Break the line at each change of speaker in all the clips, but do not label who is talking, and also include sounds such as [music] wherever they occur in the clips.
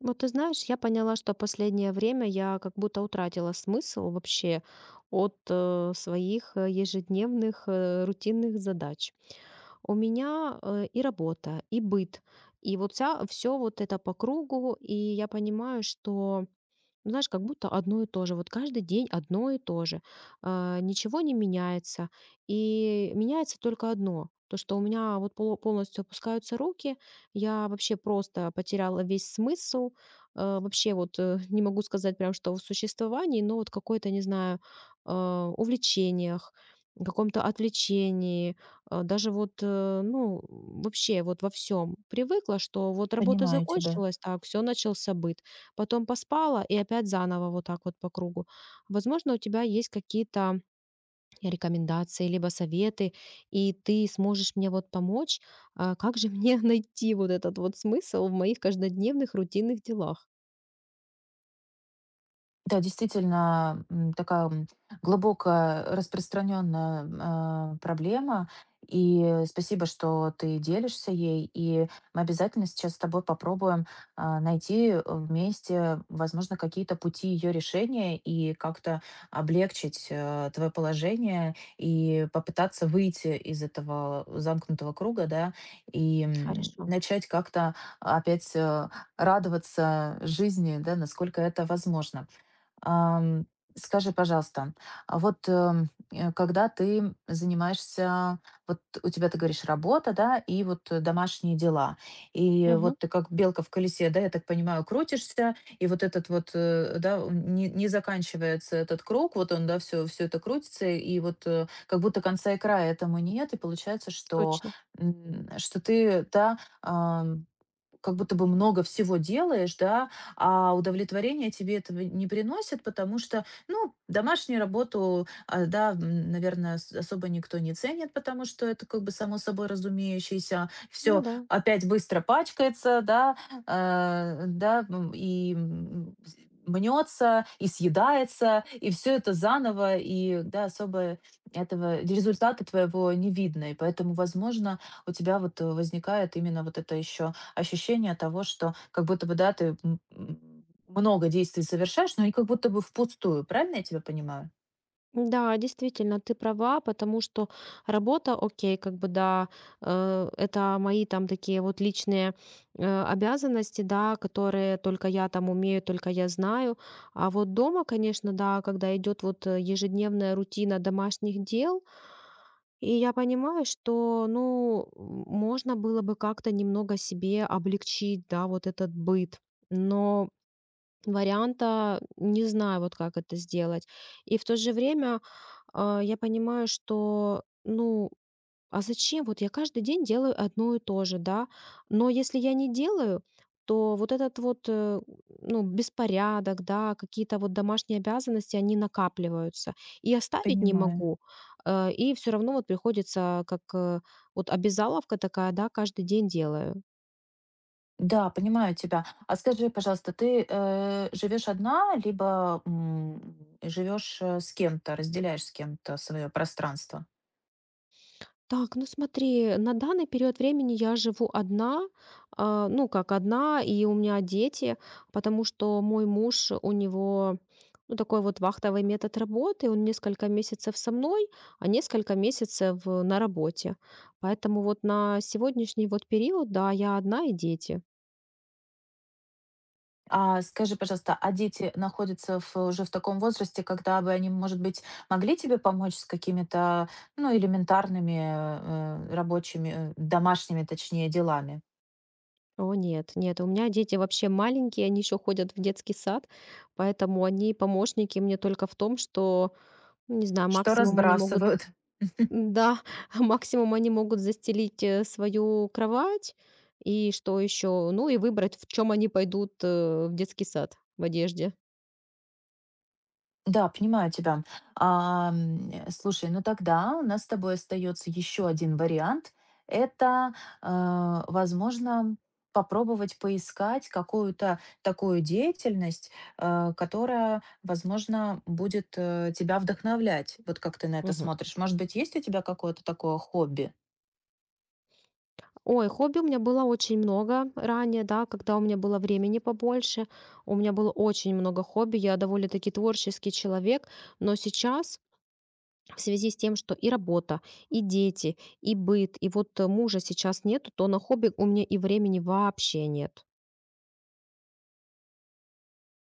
Вот ты знаешь, я поняла, что последнее время я как будто утратила смысл вообще от своих ежедневных рутинных задач. У меня и работа, и быт, и вот все вот это по кругу, и я понимаю, что, ну, знаешь, как будто одно и то же. Вот каждый день одно и то же. Ничего не меняется. И меняется только одно. То, что у меня вот полностью опускаются руки, я вообще просто потеряла весь смысл. Вообще вот, не могу сказать прям, что в существовании, но вот какое-то, не знаю, увлечениях, каком-то отвлечении, даже вот, ну, вообще вот во всем привыкла, что вот работа
Понимаю тебя.
закончилась, так, все, начался быт. Потом поспала и опять заново вот так вот по кругу. Возможно, у тебя есть какие-то рекомендации либо советы, и ты сможешь мне вот помочь. Как же мне [laughs] найти вот этот вот смысл в моих каждодневных рутинных делах?
Да, действительно, такая глубоко распространенная проблема. И спасибо, что ты делишься ей. И мы обязательно сейчас с тобой попробуем найти вместе, возможно, какие-то пути ее решения и как-то облегчить твое положение и попытаться выйти из этого замкнутого круга, да, и
Хорошо.
начать как-то опять радоваться жизни, да, насколько это возможно. Ам, скажи, пожалуйста, а вот, когда ты занимаешься, вот у тебя, ты говоришь, работа, да, и вот домашние дела, и
Мгм.
вот ты как белка в колесе, да, я так понимаю, крутишься, и вот этот вот, да, он не заканчивается этот круг, вот он, да, все это крутится, и вот как будто конца и края этому нет, и получается, что,
Точно.
что ты, да, как будто бы много всего делаешь, да, а удовлетворения тебе этого не приносит, потому что, ну, домашнюю работу, да, наверное, особо никто не ценит, потому что это как бы само собой разумеющееся.
Ну
Все
да.
опять быстро пачкается, да, и мнется, и съедается, и все это заново, и, да, особо этого результата твоего не видно. И поэтому, возможно, у тебя вот возникает именно вот это еще ощущение того, что как будто бы, да, ты много действий совершаешь, но и как будто бы впустую. Правильно я тебя понимаю?
Да, действительно, ты права, потому что работа, окей, как бы да, это мои там такие вот личные обязанности, да, которые только я там умею, только я знаю. А вот дома, конечно, да, когда идет вот ежедневная рутина домашних дел, и я понимаю, что, ну, м, можно было бы как-то немного себе облегчить, да, вот этот быт. Но варианта не знаю, вот как это сделать. И в то же время, я понимаю, что, ну, а зачем? Вот я каждый день делаю одно и то же, да. Но если я не делаю, то вот этот вот, ну, беспорядок, да, какие-то вот домашние обязанности, они накапливаются. И оставить не
Понимаю.
могу. И все равно вот приходится, как, вот обязаловка такая, да, каждый день делаю.
Да, понимаю тебя. А скажи, пожалуйста, ты живешь одна, либо живешь с кем-то, разделяешь с кем-то свое пространство?
Так, ну смотри, на данный период времени я живу одна, ну как одна, и у меня дети, потому что мой муж, у него, ну, такой вот вахтовый метод работы, он несколько месяцев со мной, а несколько месяцев на работе. Поэтому вот на сегодняшний вот период, да, я одна и дети.
А скажи, пожалуйста, а дети находятся уже в таком возрасте, когда бы они, может быть, могли тебе помочь с какими-то, ну, элементарными рабочими, домашними, точнее, делами?
О нет, нет, у меня дети вообще маленькие, они еще ходят в детский сад, поэтому они помощники мне только в том, что, ну, не знаю,
Что
максимум они могут.
разбрасывают? [laughs]
Да, [laughs] максимум они могут застелить, свою кровать. И что еще? Ну, и выбрать, в чем они пойдут, в детский сад, в одежде.
Да, понимаю тебя. Слушай, ну тогда у нас с тобой остается еще один вариант. Это, возможно, попробовать поискать какую-то такую деятельность, которая, возможно, будет тебя вдохновлять. Вот как ты на это
Мгм.
смотришь? Может быть, есть у тебя какое-то такое хобби?
Ой, хобби у меня было очень много ранее, да, когда у меня было времени побольше. У меня было очень много хобби. Я довольно-таки творческий человек, но сейчас в связи с тем, что и работа, и дети, и быт, и вот, мужа сейчас нету, то на хобби у меня и времени вообще нет.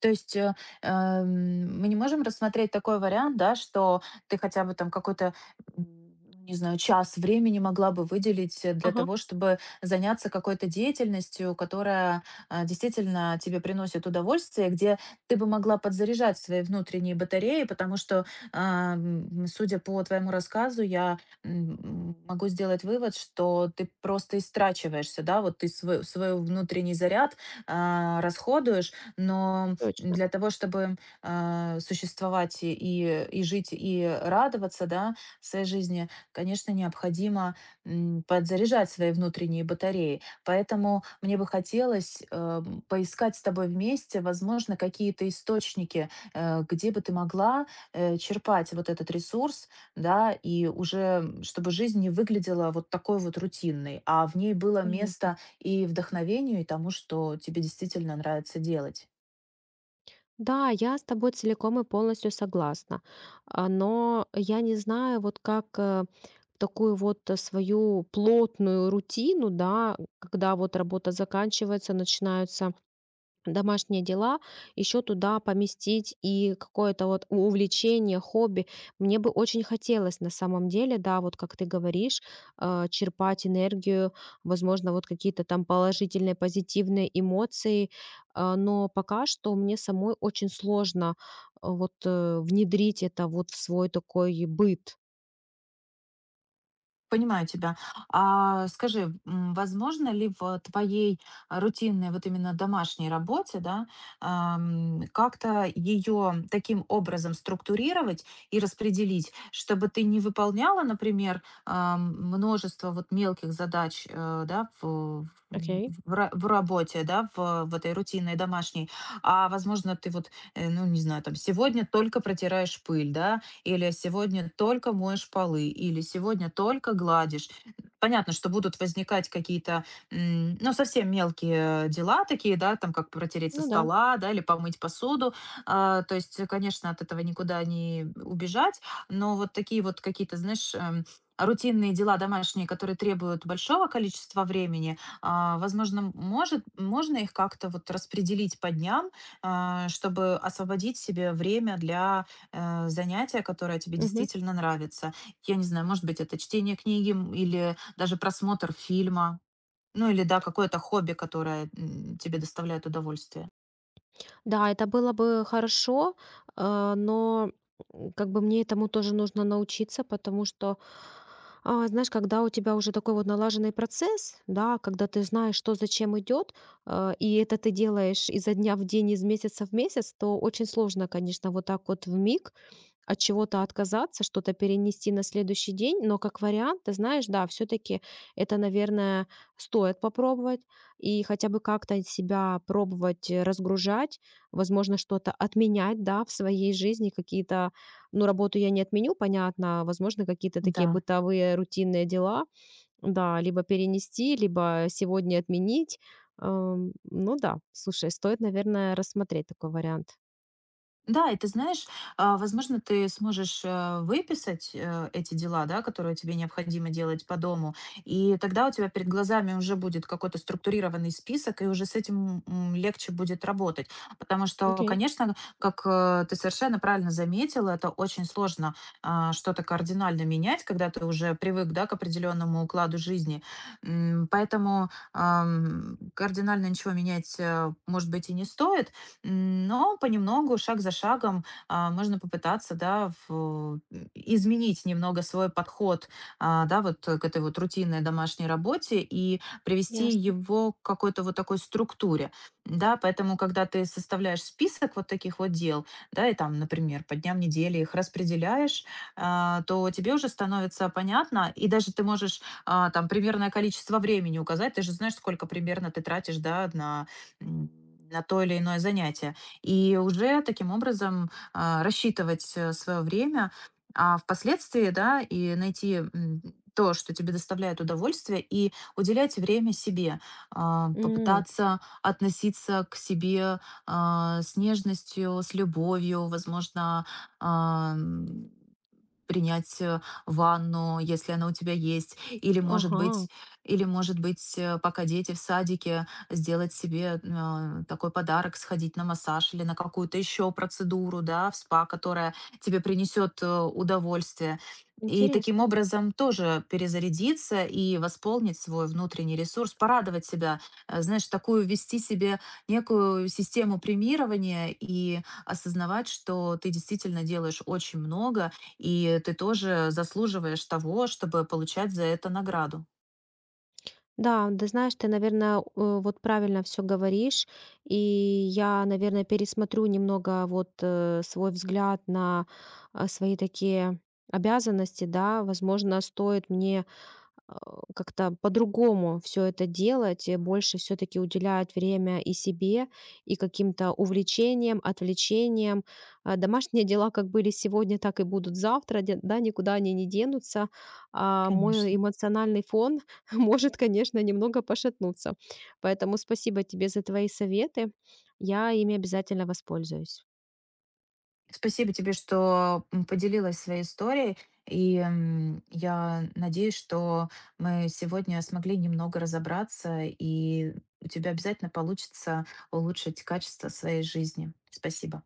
То есть, мы не можем рассмотреть такой вариант, да, что ты хотя бы там какой-то, м, не знаю, час времени могла бы выделить, для
Ага,
того, чтобы заняться какой-то деятельностью, которая, действительно тебе приносит удовольствие, где ты бы могла подзаряжать свои внутренние батареи, потому что, судя по твоему рассказу, я, могу сделать вывод, что ты просто истрачиваешься, да, вот ты свой внутренний заряд, расходуешь, но
точно.
для того, чтобы существовать и жить, и радоваться да, своей жизни, конечно, необходимо подзаряжать свои внутренние батареи. Поэтому мне бы хотелось поискать с тобой вместе, возможно, какие-то источники, где бы ты могла черпать вот этот ресурс, да, и уже чтобы жизнь не выглядела вот такой вот рутинной, а в ней было
Понятно.
место и вдохновению, и тому, что тебе действительно нравится делать.
Да, я с тобой целиком и полностью согласна. Но я не знаю, вот как, в такую вот свою плотную рутину, да, когда вот работа заканчивается, начинаются домашние дела, еще туда поместить и какое-то вот увлечение, хобби. Мне бы очень хотелось на самом деле, да, вот как ты говоришь, черпать энергию, возможно, вот какие-то там положительные, позитивные эмоции, но пока что мне самой очень сложно вот внедрить это вот в свой такой быт.
Понимаю тебя. А скажи, возможно ли в твоей рутинной вот именно домашней работе, да, как-то ее таким образом структурировать и распределить, чтобы ты не выполняла, например, множество вот мелких задач, э, да, в, в-
Окей,
в ра- в работе, да, в этой рутинной домашней, а возможно ты вот, ну не знаю, там сегодня только протираешь пыль, да, или сегодня только моешь полы, или сегодня только гладишь. Понятно, что будут возникать какие-то, ну, совсем мелкие дела такие, да, там, как протереть со
ну да.
стола, да, или помыть посуду. То есть, конечно, от этого никуда не убежать, но вот такие вот какие-то, знаешь, рутинные дела домашние, которые требуют большого количества времени, возможно, может, можно их как-то вот распределить по дням, чтобы освободить себе время для занятие, которое тебе
Мгм.
действительно нравится. Я не знаю, может быть, это чтение книги или даже просмотр фильма. Ну или, да, какое-то хобби, которое тебе доставляет удовольствие.
Да, это было бы хорошо, но, м, как бы мне этому тоже нужно научиться, потому что, знаешь, когда у тебя уже такой вот налаженный процесс, да, когда ты знаешь, что зачем идет, и это ты делаешь изо дня в день, из месяца в месяц, то очень сложно, конечно, вот так вот в миг от чего-то отказаться, что-то перенести на следующий день, но как вариант, ты знаешь, да, все-таки это, наверное, стоит попробовать и хотя бы как-то себя пробовать разгружать, возможно, что-то отменять, да, в своей жизни, какие-то, ну, работу я не отменю, понятно, возможно, какие-то такие
Да.
бытовые рутинные дела, да, либо перенести, либо сегодня отменить. Ну да, слушай, стоит, наверное, рассмотреть такой вариант.
Да, и ты знаешь, возможно, ты сможешь выписать эти дела, да, которые тебе необходимо делать по дому, и тогда у тебя перед глазами уже будет какой-то структурированный список, и уже с этим легче будет работать. Потому что,
Окей,
конечно, как ты совершенно правильно заметила, это очень сложно что-то кардинально менять, когда ты уже привык, да, к определенному укладу жизни. Поэтому кардинально ничего менять, может быть, и не стоит. Но понемногу, шаг за шагом, можно попытаться, да, изменить немного свой подход, к этой вот рутинной домашней работе и привести
ясно.
его к какой-то вот такой структуре, да, поэтому, когда ты составляешь список вот таких вот дел, да, и там, например, по дням недели их распределяешь, то тебе уже становится понятно, и даже ты можешь там примерное количество времени указать, ты же знаешь, сколько примерно ты тратишь, да, на м, на то или иное занятие. И уже таким образом рассчитывать свое время, а впоследствии, да, и найти то, что тебе доставляет удовольствие, и уделять время себе,
М.
попытаться относиться к себе а, с нежностью, с любовью, возможно, а, м, принять ванну, если она у тебя есть, или может быть,
Ага.
или может быть, пока дети в садике, сделать себе такой подарок, сходить на массаж или на какую-то еще процедуру, да, в спа, которая тебе принесет удовольствие. И таким
Интересно.
образом тоже перезарядиться и восполнить свой внутренний ресурс, порадовать себя. Знаешь, такую вести себе некую систему премирования и осознавать, что ты действительно делаешь очень много, и ты тоже заслуживаешь того, чтобы получать за это награду.
Да, да, знаешь, ты, наверное, вот правильно все говоришь, и я, наверное, пересмотрю немного вот свой взгляд на свои такие обязанности, да, возможно, стоит мне а, как-то по-другому все это делать, больше все таки уделяют время и себе, и каким-то увлечениям, отвлечениям. Домашние дела как были сегодня, так и будут завтра, де да, никуда они не денутся. А мой
Конечно.
эмоциональный фон [laughs] может, конечно, немного пошатнуться. Поэтому спасибо тебе за твои советы. Я ими обязательно воспользуюсь.
Спасибо тебе, что поделилась своей историей. И я надеюсь, что мы сегодня смогли немного разобраться, и у тебя обязательно получится улучшить качество своей жизни. Спасибо.